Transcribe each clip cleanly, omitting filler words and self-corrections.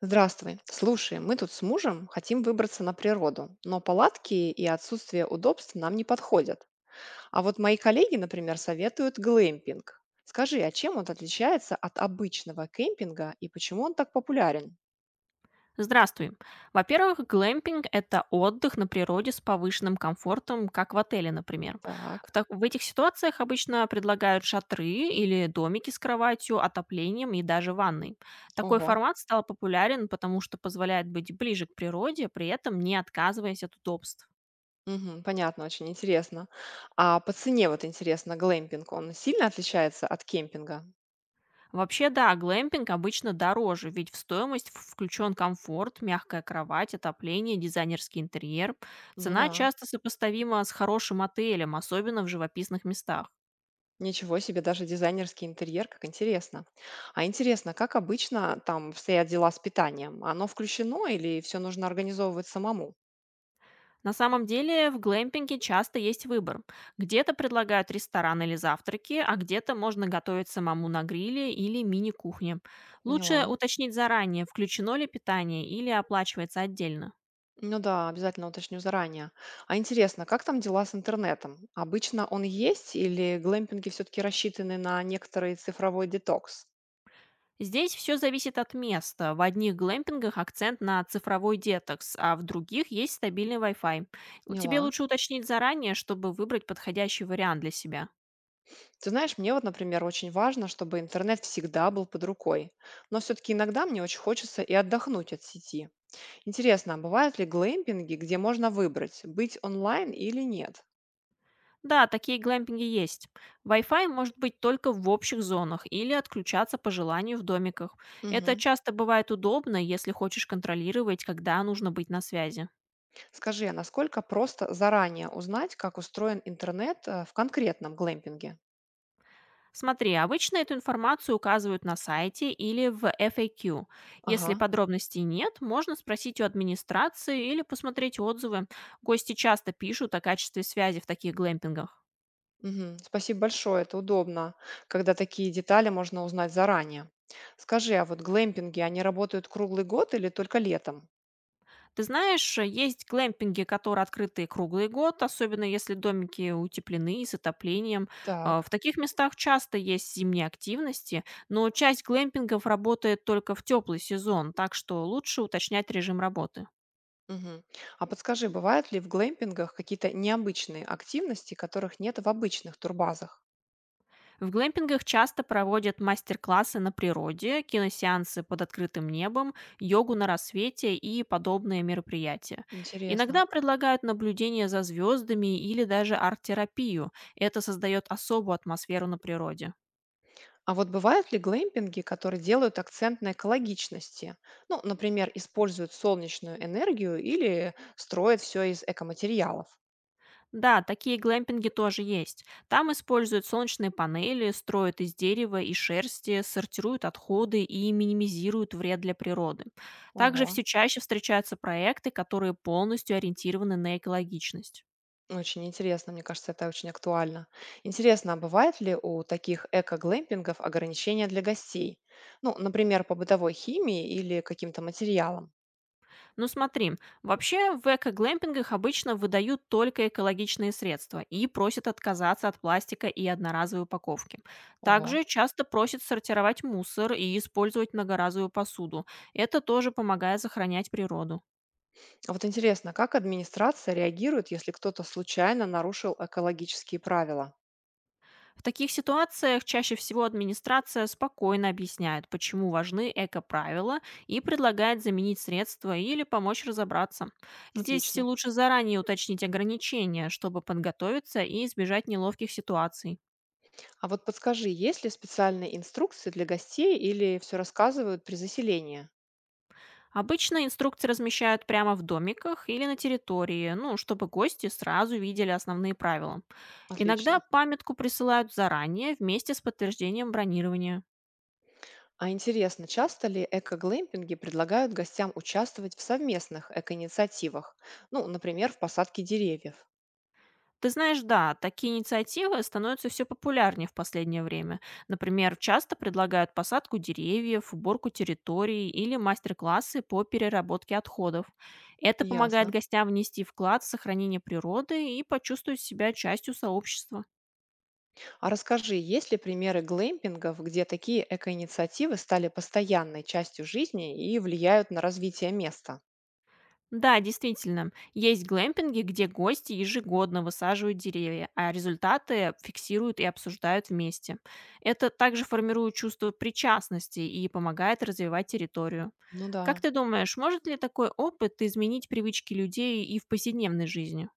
Здравствуй. Слушай, мы тут с мужем хотим выбраться на природу, но палатки и отсутствие удобств нам не подходят. А вот мои коллеги, например, советуют глэмпинг. Скажи, а чем он отличается от обычного кемпинга и почему он так популярен? Здравствуй. Во-первых, глэмпинг– это отдых на природе с повышенным комфортом, как в отеле, например. Так, В этих ситуациях обычно предлагают шатры или домики с кроватью, отоплением и даже ванной. Такой ого, формат стал популярен, потому что позволяет быть ближе к природе, при этом не отказываясь от удобств. мгм, понятно, очень интересно. А по цене вот интересно, глэмпинг, он сильно отличается от кемпинга? Вообще, да, глэмпинг обычно дороже, ведь в стоимость включен комфорт, мягкая кровать, отопление, дизайнерский интерьер. Ну Цена да. часто сопоставима с хорошим отелем, особенно в живописных местах. Ничего себе, даже дизайнерский интерьер, как интересно. А интересно, как обычно там стоят дела с питанием? Оно включено или все нужно организовывать самому? На самом деле в глэмпинге часто есть выбор. Где-то предлагают ресторан или завтраки, а где-то можно готовить самому на гриле или мини-кухне. Лучше Поняла. уточнить заранее, включено ли питание или оплачивается отдельно. Ну да, обязательно уточню заранее. А интересно, как там дела с интернетом? Обычно он есть или глэмпинги все-таки рассчитаны на некоторый цифровой детокс? Здесь все зависит от места. В одних глэмпингах акцент на цифровой детокс, а в других есть стабильный Wi-Fi. Тебе Поняла. лучше уточнить заранее, чтобы выбрать подходящий вариант для себя. Ты знаешь, мне вот, например, очень важно, чтобы интернет всегда был под рукой. Но все-таки иногда мне очень хочется и отдохнуть от сети. Интересно, а бывают ли глэмпинги, где можно выбрать, быть онлайн или нет? Да, такие глэмпинги есть. Wi-Fi может быть только в общих зонах или отключаться по желанию в домиках. Это Мгм. часто бывает удобно, если хочешь контролировать, когда нужно быть на связи. Скажи, а насколько просто заранее узнать, как устроен интернет в конкретном глэмпинге? Смотри, обычно эту информацию указывают на сайте или в FAQ. Ага, Если подробностей нет, можно спросить у администрации или посмотреть отзывы. Гости часто пишут о качестве связи в таких глэмпингах. мгм. Спасибо большое, это удобно, когда такие детали можно узнать заранее. Скажи, а вот глэмпинги, они работают круглый год или только летом? Ты знаешь, есть глэмпинги, которые открыты круглый год, особенно если домики утеплены и с отоплением. В Так. таких местах часто есть зимние активности, но часть глэмпингов работает только в теплый сезон, так что лучше уточнять режим работы. Мгм. А подскажи, бывают ли в глэмпингах какие-то необычные активности, которых нет в обычных турбазах? В глэмпингах часто проводят мастер-классы на природе, киносеансы под открытым небом, йогу на рассвете и подобные мероприятия. Интересно. Иногда предлагают наблюдение за звездами или даже арт-терапию. Это создает особую атмосферу на природе. А вот бывают ли глэмпинги, которые делают акцент на экологичности? Ну, например, используют солнечную энергию или строят все из экоматериалов? Да, такие глэмпинги тоже есть. Там используют солнечные панели, строят из дерева и шерсти, сортируют отходы и минимизируют вред для природы. Также Ого, все чаще встречаются проекты, которые полностью ориентированы на экологичность. очень интересно, мне кажется, это очень актуально. Интересно, а бывает ли у таких эко-глэмпингов ограничения для гостей? Ну, например, по бытовой химии или каким-то материалам? Ну смотри, вообще в эко-глэмпингах обычно выдают только экологичные средства и просят отказаться от пластика и одноразовой упаковки. Ого. Также часто просят сортировать мусор и использовать многоразовую посуду. Это тоже помогает сохранять природу. А вот интересно, как администрация реагирует, если кто-то случайно нарушил экологические правила? В таких ситуациях чаще всего администрация спокойно объясняет, почему важны эко-правила и предлагает заменить средства или помочь разобраться. Здесь Отлично. лучше заранее уточнить ограничения, чтобы подготовиться и избежать неловких ситуаций. А вот подскажи, есть ли специальные инструкции для гостей или все рассказывают при заселении? Обычно инструкции размещают прямо в домиках или на территории, ну, чтобы гости сразу видели основные правила. Иногда Отлично. памятку присылают заранее вместе с подтверждением бронирования. А интересно, часто ли эко-глэмпинги предлагают гостям участвовать в совместных эко-инициативах? Ну, например, в посадке деревьев. Ты знаешь, да, такие инициативы становятся все популярнее в последнее время. Например, часто предлагают посадку деревьев, уборку территорий или мастер-классы по переработке отходов. Это помогает Ясно. гостям внести вклад в сохранение природы и почувствовать себя частью сообщества. А расскажи, есть ли примеры глэмпингов, где такие эко-инициативы стали постоянной частью жизни и влияют на развитие места? Да, действительно, есть глэмпинги, где гости ежегодно высаживают деревья, а результаты фиксируют и обсуждают вместе. Это также формирует чувство причастности и помогает развивать территорию. Ну да. Как ты думаешь, может ли такой опыт изменить привычки людей и в повседневной жизни?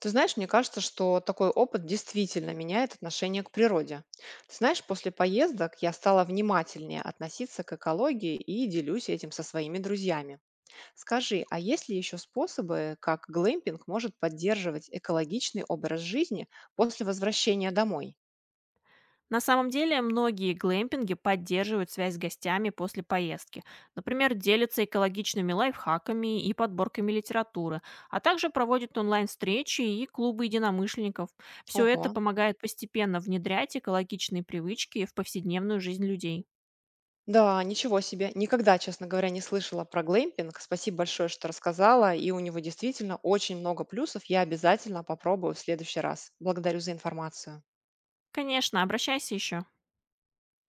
Ты знаешь, мне кажется, что такой опыт действительно меняет отношение к природе. Ты знаешь, после поездок я стала внимательнее относиться к экологии и делюсь этим со своими друзьями. Скажи, а есть ли еще способы, как глэмпинг может поддерживать экологичный образ жизни после возвращения домой? На самом деле, многие глэмпинги поддерживают связь с гостями после поездки. Например, делятся экологичными лайфхаками и подборками литературы, а также проводят онлайн-встречи и клубы единомышленников. Все это Ого. помогает постепенно внедрять экологичные привычки в повседневную жизнь людей. Да, ничего себе. Никогда, честно говоря, не слышала про глэмпинг. Спасибо большое, что рассказала. И у него действительно очень много плюсов. Я обязательно попробую в следующий раз. Благодарю за информацию. Конечно, обращайся еще.